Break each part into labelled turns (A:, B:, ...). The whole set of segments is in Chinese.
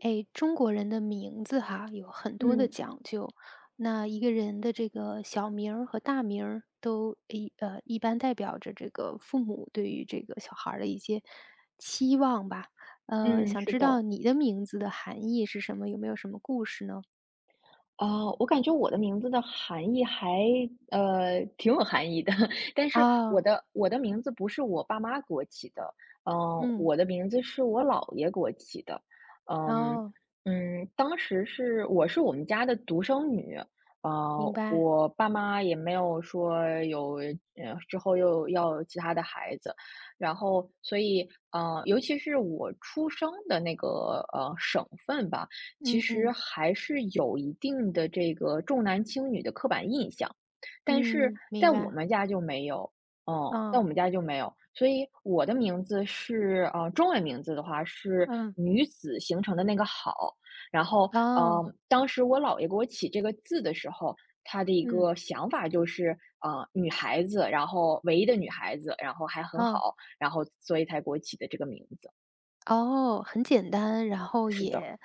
A: 哎，中国人的名字哈，有很多的
B: 嗯
A: 讲究。那一个人的这个小名儿和大名儿都一般代表着这个父母对于这个小孩儿的一些期望吧。
B: 嗯，
A: 想
B: 是
A: 知
B: 的。
A: 道你的名字的含义是什么？有没有什么故事呢？
B: 我感觉我的名字的含义挺有含义的，但是我
A: 啊，
B: 的我的名字不是我爸妈给我起的，
A: 嗯，
B: 我的名字是我姥爷给我起的。嗯
A: 哦，
B: 嗯，当时我们家的独生女。
A: 明白。
B: 我爸妈也没有说有之后又要有其他的孩子，然后所以尤其是我出生的那个省份吧，其
A: 嗯
B: 实
A: 嗯，
B: 还是有一定的这个重男轻女的刻板印象，但是
A: 嗯，明
B: 在我
A: 白。
B: 们家就没有，嗯，在
A: 嗯，
B: 我们家就没有。所以我的名字是，中文名字的话是
A: 嗯，
B: 女子形成的那个好。然后，
A: 哦，
B: 当时我姥爷给我起这个字的时候，他的一
A: 嗯，
B: 个想法就是，女孩子，然后唯一的女孩子，然后还很
A: 哦。
B: 好，然后所以才给我起的这个名字。
A: 哦，很简单，然后
B: 是的，
A: 也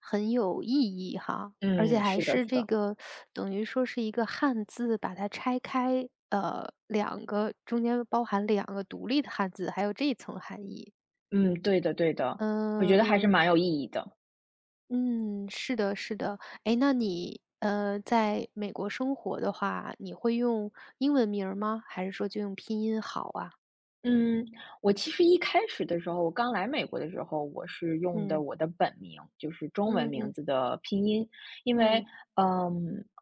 A: 很有意义哈，而且
B: 嗯，
A: 还
B: 是的，
A: 是
B: 是
A: 这
B: 的。
A: 个等于说是一个汉字，把它拆开，两个中间包含两个独立的汉字，还有这一层含义。
B: 嗯，对的，我觉
A: 嗯
B: 得还是
A: 嗯
B: 蛮有意义的。
A: 嗯，是的，是的。哎，那你在美国生活的话，你会用英文名儿吗？还是说就用拼音好啊？
B: 嗯，我其实一开始的时候，我刚来美国的时候，我是用的
A: 嗯
B: 我的本名，就是中文
A: 嗯
B: 名
A: 嗯
B: 字的拼音。因为，
A: 嗯，
B: 嗯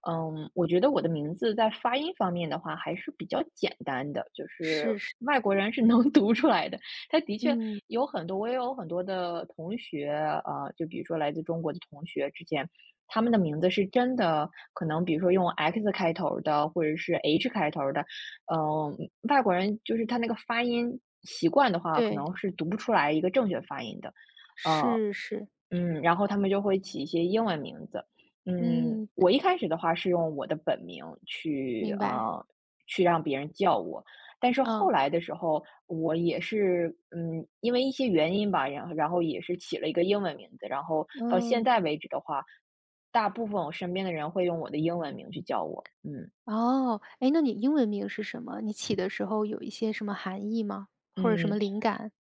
B: 嗯，我觉得我的名字在发音方面的话还是比较简单的，就是
A: 是是，
B: 外国人是能 读出来的。他的确
A: 嗯，
B: 有很多，我也有很多的同学，就比如说来自中国的同学之前，他们的名字是真的，可能比如说用 X 开头的，或者是 H 开头的。嗯，外国人就是他那个发音习惯的话，可
A: 对，
B: 能是读不出来一个正确发音的。呃，
A: 是是。
B: 然后他们就会起一些英文名字。嗯，
A: 嗯，
B: 我一开始的话是用我的本名
A: 明白。
B: 去让别人叫我。但是
A: 嗯，
B: 后来的时候，我也是嗯，因为一些原因吧，然后也是起了一个英文名字。然后到现
A: 嗯，
B: 在为止的话，大部分我身边的人会用我的英文名去叫我，嗯。
A: 哦，哎，那你英文名是什么？你起的时候有一些什么含义吗？或者什
B: 嗯，
A: 么灵感？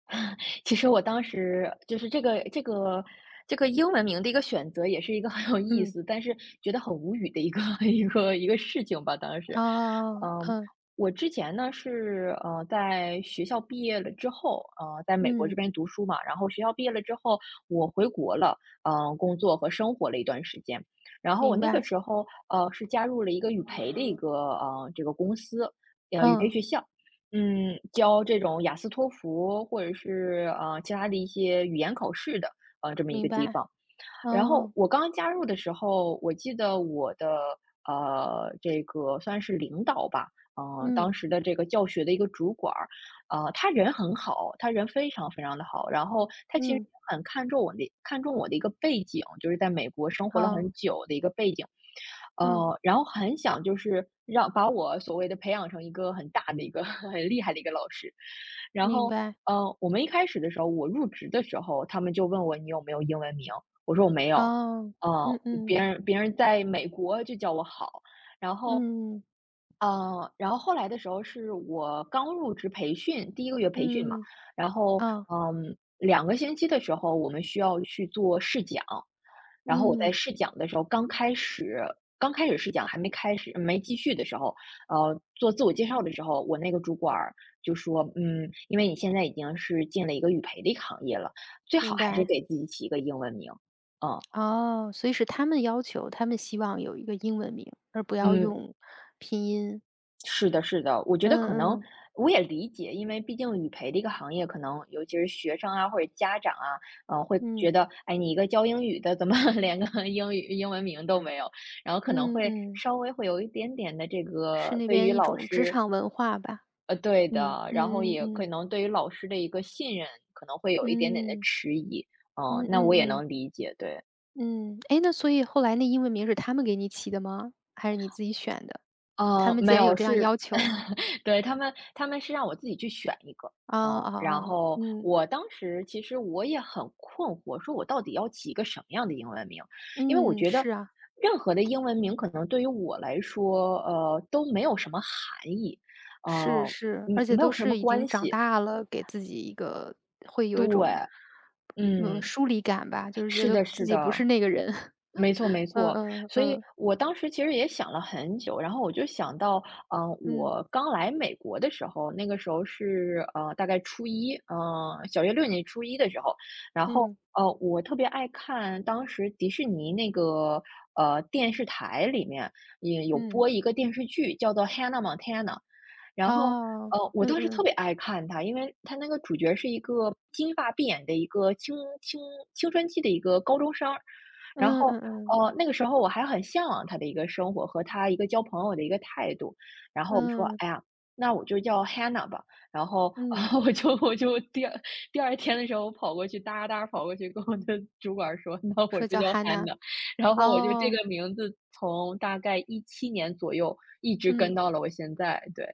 B: 其实我当时就是这个英文名的一个选择，也是一个很有意
A: 嗯，
B: 思，但是觉得很无语的一个 一个事情吧。当时，
A: 哦哦哦，
B: 嗯，
A: 嗯，
B: 我之前呢是在学校毕业了之后，在美国这
A: 嗯，
B: 边读书嘛，然后学校毕业了之后，我回国了，工作和生活了一段时间。然后我
A: 明
B: 那个
A: 白，
B: 时候是加入了一个语培的一个这个公司，语培
A: 嗯，
B: 学校。嗯，教这种雅思托福或者是，其他的一些语言考试的，这么一
A: 明
B: 个地
A: 白，
B: 方。然后
A: 哦，
B: 我刚加入的时候，我记得我的这个算是领导吧，
A: 嗯，
B: 当时的这个教学的一个主管儿，他人很好，他人非常非常的好，然后他其实
A: 嗯，
B: 很看重我的一个背景，就是在美国生活了
A: 哦，
B: 很久的一个背景。
A: 嗯，
B: 然后很想就是让把我所谓的培养成一个很大的一个 很厉害的一个老师，然
A: 明
B: 后，
A: 白，
B: 我们一开始的时候，我入职的时候，他们就问我你有没有英文名，我说我没有。
A: 哦，
B: 嗯，
A: 嗯
B: 别
A: 嗯，
B: 人别人在美国就叫我好。然后，
A: 嗯，
B: 嗯，然后后来的时候是我刚入职培训，第一个月培训嘛。
A: 嗯，
B: 然后，
A: 哦，
B: 两个星期的时候我们需要去做试讲。然后我在
A: 嗯，
B: 试讲的时候，刚开始试讲还没开始没继续的时候，做自我介绍的时候，我那个主管儿就说：“嗯，因为你现在已经是进了一个语培的一个行业了，最好
A: 明
B: 还是
A: 白，
B: 给自己起一个英文名。”嗯。
A: 哦，所以是他们要求，他们希望有一个英文名，而不要
B: 嗯，
A: 用拼音。
B: 是的，是的，我觉得可能
A: 嗯嗯，
B: 我也理解，因为毕竟语培的一个行业，可能尤其是学生啊或者家长啊，嗯，会觉
A: 嗯。
B: 得，哎，你一个教英语的，怎么 连个英语英文名都没有？然后可能
A: 嗯
B: 会
A: 嗯，
B: 稍微会有一点点的这
A: 是
B: 个
A: 那
B: 对于
A: 边一
B: 老
A: 种职
B: 师，
A: 场文化吧。
B: 对
A: 嗯
B: 的，然后
A: 嗯
B: 也可
A: 嗯
B: 能对于老师的一个信任，可能会有一点点的
A: 嗯
B: 迟疑。
A: 嗯嗯
B: 那我
A: 嗯
B: 也
A: 嗯
B: 能理解，对。
A: 嗯。哎，那所以后来那英文名是他们给你起的吗？还是你自己选的？他们
B: 没
A: 既然
B: 有，
A: 有这样
B: 是
A: 要求，
B: 对，他们是让我自己去选一个。
A: 啊
B: 嗯，
A: 啊
B: 然
A: 啊！
B: 后
A: 嗯
B: 我当时其实我也很困惑，说我到底要起一个什么样的英文名？因为我
A: 嗯，
B: 觉得
A: 是啊，
B: 任何的英文名可能对于我来说，都没有什么含义，
A: 是
B: 呃，
A: 是，而且
B: 没有
A: 都
B: 什么
A: 是已经
B: 关
A: 长
B: 系。
A: 大了，给自己一个会有一种，
B: 对，
A: 嗯，
B: 嗯，
A: 疏离感吧，就是觉
B: 是
A: 得
B: 的，
A: 自
B: 是
A: 己
B: 的，
A: 不是那个人。
B: 没错 没
A: 嗯
B: 错。
A: 嗯
B: 所以
A: 嗯
B: 我当时其实也想了很久，然后我就想到，
A: 嗯
B: 我刚来美国的时候，那个时候是大概初一，小学6年级初一的时候。然后
A: 嗯
B: 我特别爱看当时迪士尼那个电视台里面也有
A: 嗯，
B: 播一个电视剧叫做《Hannah Montana》。然后，
A: 哦，
B: 我
A: 嗯
B: 当时特
A: 嗯。
B: 别爱看它，因为它那个主角是一个金发碧眼的一个青青春期的一个高中生儿。然
A: 嗯
B: 后，
A: 嗯嗯，
B: 那个时候我还很向往他的一个生活和他一个交朋友的一个态度，然后我说：
A: 嗯，
B: “哎呀，那我就叫 Hannah 吧。”然后，
A: 嗯，
B: 我就我就第二第二天的时候，我跑过去哒哒跑过去跟我的主管说：“那我
A: 说
B: 就
A: 叫
B: 叫
A: Hannah，
B: Hannah。” 然后我就这
A: 哦，
B: 个名字从大概17年左右一直
A: 嗯，
B: 跟到了我现在，对。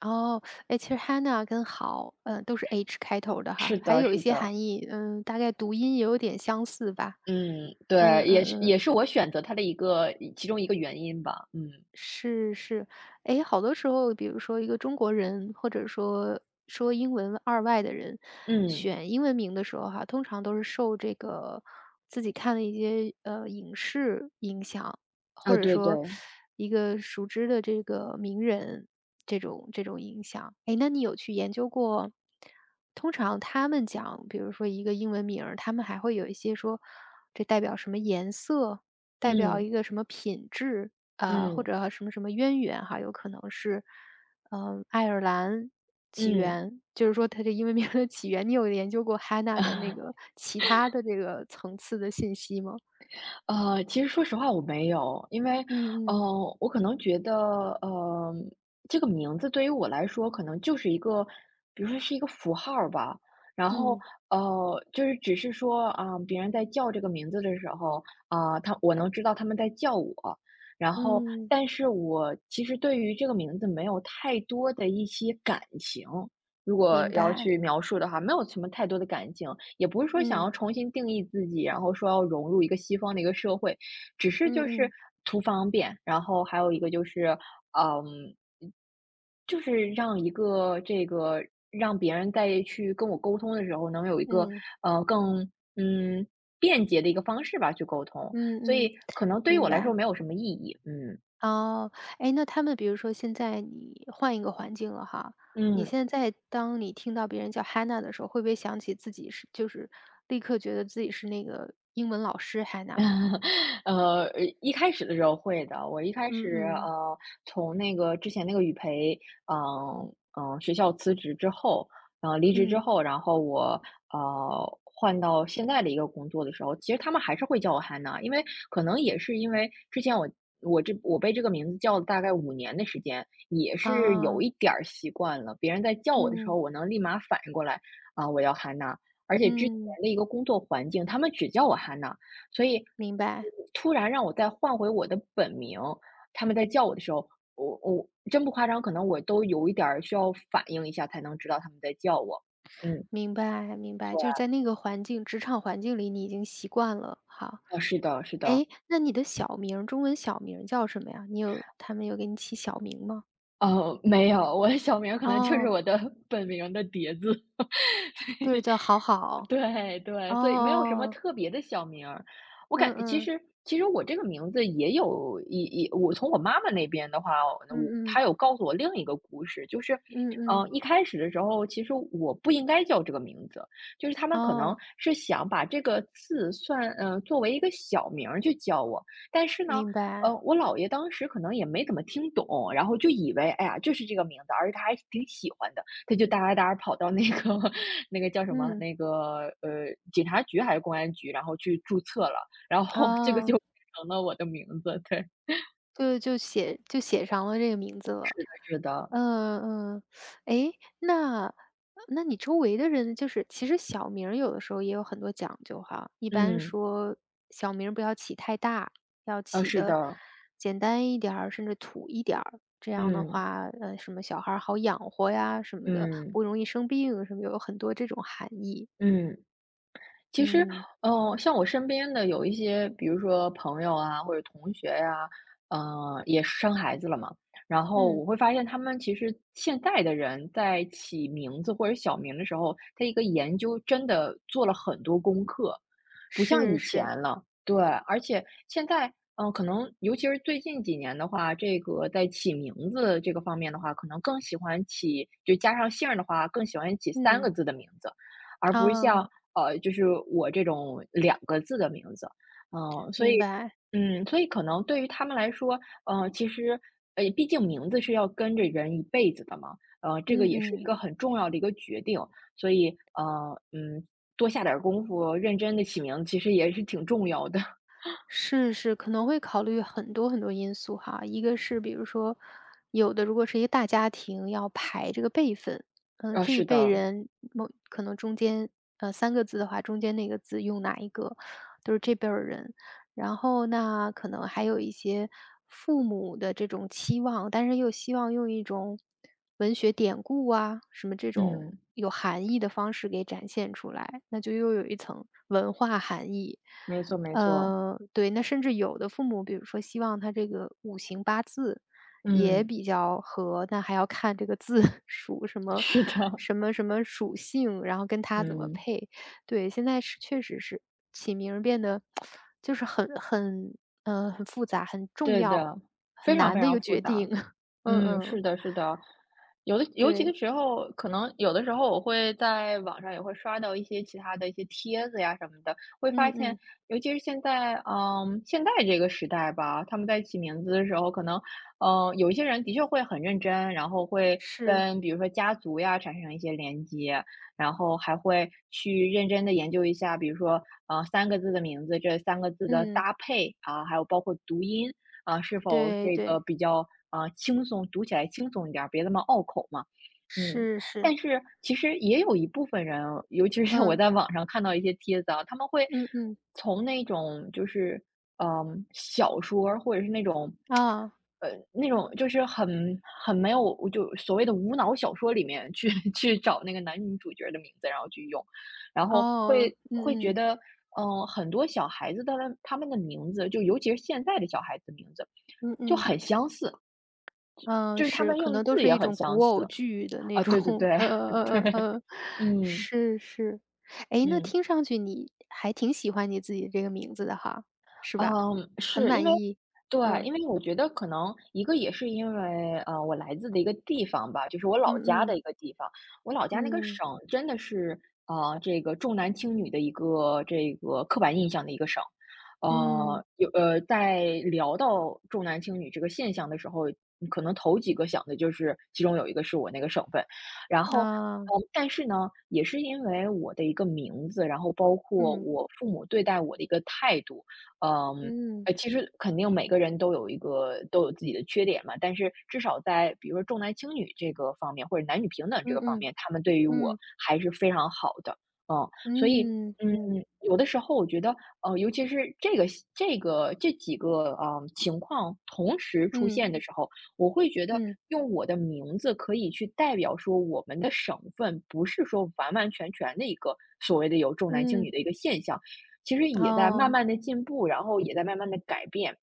A: 哦，哎，其实 Hannah 跟好，嗯，都是 H 开头的
B: 是
A: 哈，还
B: 的
A: 有一
B: 是
A: 些
B: 的。
A: 含义，嗯，大概读音也有点相似吧，
B: 嗯，
A: 嗯
B: 对，
A: 嗯
B: 也是也
A: 嗯。
B: 是我选择它的一个其中一个原因吧，嗯，
A: 是是，哎，好多时候，比如说一个中国人，或者说说英文二外的人，
B: 嗯，
A: 选英文名的时候哈，通常都是受这个自己看的一些影视影响，或
B: 啊，
A: 者
B: 对
A: 说
B: 对，
A: 一个熟知的这个名人这种影响。哎，那你有去研究过？通常他们讲，比如说一个英文名儿，他们还会有一些说这代表什么颜色，代表
B: 嗯，
A: 一个什么品质。或
B: 嗯，
A: 者什么什么渊源哈，有可能是，爱尔兰起
B: 嗯。
A: 源，就是说它这英文名的起源，你有研究过 Hanna 的那个其他的这个层次的信息吗？
B: 其实说实话我没有。因为，
A: 嗯嗯
B: 呃，我可能觉得，这个名字对于我来说可能就是一个，比如说是一个符号儿吧。然后，
A: 嗯
B: 就是只是说啊，别人在叫这个名字的时候，啊，他我能知道他们在叫我。然后，
A: 嗯，
B: 但是我其实对于这个名字没有太多的一些感情，如果
A: 明
B: 要
A: 白，
B: 去描述的话，没有什么太多的感情，也不是说想
A: 嗯
B: 要重新定义自己，然后说要融入一个西方的一个社会，只是
A: 嗯
B: 就是
A: 嗯
B: 图方便。然后还有一个就是，嗯，就是让一个这个让别人在去跟我沟通的时候，能有一个
A: 嗯
B: 更嗯便捷的一个方式吧去沟通。所
A: 嗯嗯，
B: 以可能对于
A: 明
B: 我来说
A: 白。
B: 没有什么意义，嗯
A: 哦，哎，那他们比如说现在你换一个环境了哈，你
B: 嗯。
A: 现在当你听到别人叫 Hannah 的时候，会不会想起自己就是立刻觉得自己是那个英文老师 Hannah？
B: 呃，一开始的时候会的。我一开
A: 嗯
B: 始，
A: 嗯
B: 从那个之前那个语培，嗯嗯，学校辞职之后，离职之
A: 嗯，
B: 后，然后我换到现在的一个工作的时候，其实他们还是会叫我汉娜。因为可能也是因为之前我被这个名字叫了大概5年的时间，也是有
A: 啊，
B: 一点儿习惯了。别人在叫我的时候，
A: 嗯
B: 我能立马反应过来我要汉娜。而且之前
A: 嗯，
B: 的一个工作环境，他们只叫我汉娜。所以，
A: 明白
B: 突然让我再换回我的本名，他们在叫我的时候，我真不夸张，可能我都有一点儿需要反应一下才能知道他们在叫我。嗯，
A: 明白明白，就是
B: 对，
A: 在那个环境，职场环境里你已经习惯了哈。
B: 啊，是的，是的。
A: 哎，那你的中文小名叫什么呀？他们有给你起小名吗？
B: 哦，没有，我的小名儿可能就是
A: 哦，
B: 我的 本名的叠字。
A: 就是叫好好，
B: 对对，
A: 哦哦。
B: 所以没有什么
A: 哦
B: 特别的小名儿。我感
A: 嗯
B: 其
A: 嗯，
B: 实其实我这个名字也有一，我从我妈妈那边的话，我
A: 嗯嗯，
B: 她有告诉我另一个故事，就是，
A: 嗯嗯，
B: 一开始的时候，其实我不应该叫这个名字，就是他们可能
A: 哦，
B: 是想把这个字算，作为一个小名儿去叫我，但是呢，
A: 明白，
B: 我姥爷当时可能也没怎么听懂，然后就以为，哎呀，就是这个名字，而且他还挺喜欢的，他就哒哒哒跑到那个 那个叫什么，
A: 嗯，
B: 那个警察局还是公安局，然后去注册了，然后这个就
A: 哦，
B: 变成了我的名字，对。
A: 就就写就写上了这个名字了，
B: 是的，
A: 嗯嗯，诶，那你周围的人就是其实小名儿有的时候也有很多讲究哈，一般
B: 嗯，
A: 说小名儿不要起太大，要起
B: 是
A: 的
B: 的，
A: 简单一点儿，甚至土一点儿，这样的
B: 嗯，
A: 话，什么小孩儿好养活呀什么的，
B: 嗯，
A: 不容易生病什么，有很多这种含义，
B: 嗯。其实，
A: 嗯
B: 嗯，像我身边的有一些，比如说朋友啊，或者同学呀、嗯，也生孩子了嘛。然后
A: 嗯。
B: 我会发现，他们其实现在的人在起名字或者小名的时候，他一个研究真的做了很多功课，不像
A: 是
B: 以
A: 是，
B: 前了。对，而且现在，嗯、可能尤其是最近几年的话，这个在起名字这个方面的话，可能更喜欢起，就加上姓儿的话，更喜欢起三个
A: 嗯，
B: 字的名字。而不是
A: 哦，
B: 像，呃，就是我这种两个字的名字。嗯，所以
A: 明白，
B: 嗯，所以可能对于他们来说，呃，其实毕竟名字是要跟着人一辈子的嘛，这个
A: 嗯
B: 也是一
A: 嗯。
B: 个很重要的一个决定，所以，多下点儿功夫，认真的起名，其实也是挺重要的。
A: 是是，可能会考虑很多很多因素哈。一个是比如说，有的如果是一个大家庭，要排这个辈分，这一
B: 是的，
A: 辈人可能中间三个字的话，中间那个字用哪一个，都是这辈儿人。然后那可能还有一些父母的这种期望，但是又希望用一种文学典故啊什么这种
B: 嗯，
A: 有含义的方式给展现出来，那就又有一层文化含义。
B: 没错没错，
A: 对，那甚至有的父母，比如说希望他这个五行八字也
B: 嗯，
A: 比较合，那还要看这个字 属什么
B: 是的，
A: 什么什么属性，然后跟他怎么
B: 嗯，
A: 配。对，现在是确实是起名儿变得就是很复杂、很重
B: 对
A: 要、
B: 的，非
A: 很
B: 常
A: 难
B: 非
A: 的一
B: 常
A: 个
B: 复
A: 决
B: 杂。
A: 定。嗯
B: 嗯，是
A: 嗯，
B: 的，是的，有的尤其
A: 对，
B: 的时候，可能有的时候我会在网上也会刷到一些其他的一些帖子呀什么的，会发
A: 嗯
B: 现，
A: 嗯
B: 尤其是现在，嗯，现在这个时代吧，他们在起名字的时候，可能，有一些人的确会很认真，然后会
A: 是，
B: 跟比如说家族呀产生一些连接，然后还会去认真的研究一下，比如说，三个字的名字，这三个字的
A: 嗯
B: 搭配啊，还有包括读音。啊，是否
A: 对
B: 这个
A: 对
B: 比较啊轻松，读起来轻松一点儿，别那么拗口嘛。嗯，
A: 是是，
B: 但是其实也有一部分人，尤其是我
A: 嗯
B: 在网上看到一些帖子啊，他们会
A: 嗯嗯
B: 从那种就是嗯小说儿或者是那种
A: 啊
B: 呃那种就是很很没有就所谓的无脑小说里面去 去找那个男女主角的名字，然后去用，然后
A: 哦
B: 会觉
A: 嗯嗯。
B: 得嗯，很多小孩子的他们的名字，就尤其是现在的小孩子的名字，
A: 嗯
B: 就
A: 嗯，
B: 很相似，
A: 嗯，
B: 就是他
A: 是，
B: 们
A: 可
B: 用的
A: 能
B: 字
A: 都是
B: 也
A: 一
B: 很
A: 种
B: 相
A: 古偶
B: 似。
A: 剧的那
B: 啊，
A: 种，
B: 对对 对，
A: 呃 呃呃呃呃，
B: 嗯，
A: 是是。哎，那
B: 嗯。
A: 听上去你还挺喜欢你自己这个名字的哈，是吧？
B: 嗯，
A: 很
B: 是因
A: 满
B: 为
A: 意，
B: 对，
A: 嗯，
B: 因为我觉得可能一个也是因为，我来自的一个地方吧，就是我
A: 嗯
B: 老家的
A: 嗯，
B: 一个地方。我老家那个
A: 嗯，
B: 省真的是，这个重男轻女的一个这个刻板印象的一个省。
A: 嗯，
B: 在聊到重男轻女这个现象的时候，你可能头几个想的就是其中有一个是我那个省份。然后，呃，
A: 啊，
B: 但是呢，也是因为我的一个名字，然后包括
A: 嗯，
B: 我父母对待我的一个态度。嗯，
A: 嗯，
B: 其实肯定每个人都有一个都有自己的缺点嘛，但是至少在比如说重男轻女这个方面，或者男女平等这
A: 嗯
B: 个方
A: 嗯，
B: 面，他们对于我
A: 嗯，
B: 还是非常好的。嗯，所以，
A: 嗯，
B: 嗯，
A: 嗯，
B: 有的时候我觉得，尤其是这个这几个啊、情况同时出
A: 嗯，
B: 现的时候，我会觉得
A: 嗯，
B: 用我的名字可以去代表说我们的省份，不是说完完全全的一个所谓的有重男轻
A: 嗯，
B: 女的一个现象，其实也在慢
A: 哦，
B: 慢的进步，然后也在慢慢的改变，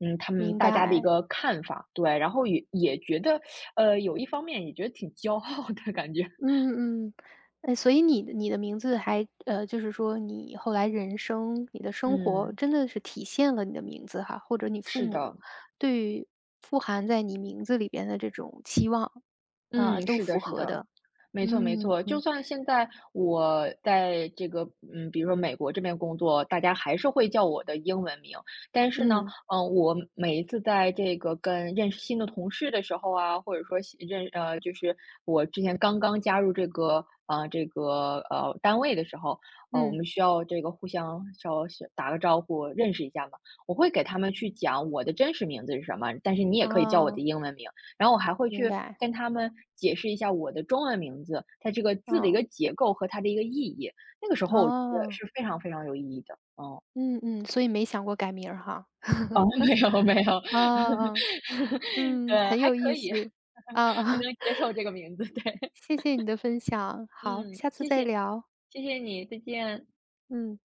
B: 嗯，他们
A: 明
B: 大家的一
A: 白。
B: 个看法，对，然后也觉得，有一方面也觉得挺骄傲的感觉。
A: 嗯嗯，哎，所以你的名字还就是说你后来人生、你的生活
B: 嗯，
A: 真的是体现了你的名字哈，或者你父
B: 是
A: 母
B: 的，
A: 对于富含在你名字里边的这种期望，啊，
B: 嗯，
A: 都
B: 是的
A: 符
B: 是
A: 合
B: 的。
A: 的。
B: 没错没
A: 嗯
B: 错，就
A: 嗯
B: 算现在我在这个，嗯，比如说美国这边工作，大家还是会叫我的英文名。但是呢，
A: 嗯
B: 嗯，我每一次在这个跟认识新的同事的时候啊，或者说新认呃，就是我之前刚刚加入这个单位的时候，我
A: 嗯，
B: 们需要这个互相稍是打个招呼，认识一下嘛。我会给他们去讲我的真实名字是什么，但是你也可以叫我的
A: 哦，
B: 英文名。然后我还会
A: 明
B: 去
A: 白，
B: 跟他们解释一下我的中文名字，它这个字的一
A: 哦
B: 个结构和它的一个意义。那个时候我觉得
A: 哦，
B: 是非常非常有意义的，哦
A: 嗯嗯，所以没想过改名儿哈。
B: 哦，没有没有，
A: 哦哦，嗯，
B: 对，
A: 很
B: 还
A: 有
B: 可
A: 意
B: 以，
A: 思，啊
B: 还
A: 啊，
B: 能接受 这个名字，对。
A: 谢谢你的分享，好，
B: 嗯，
A: 下次
B: 谢谢，
A: 再聊，
B: 谢谢你，再见。
A: 嗯。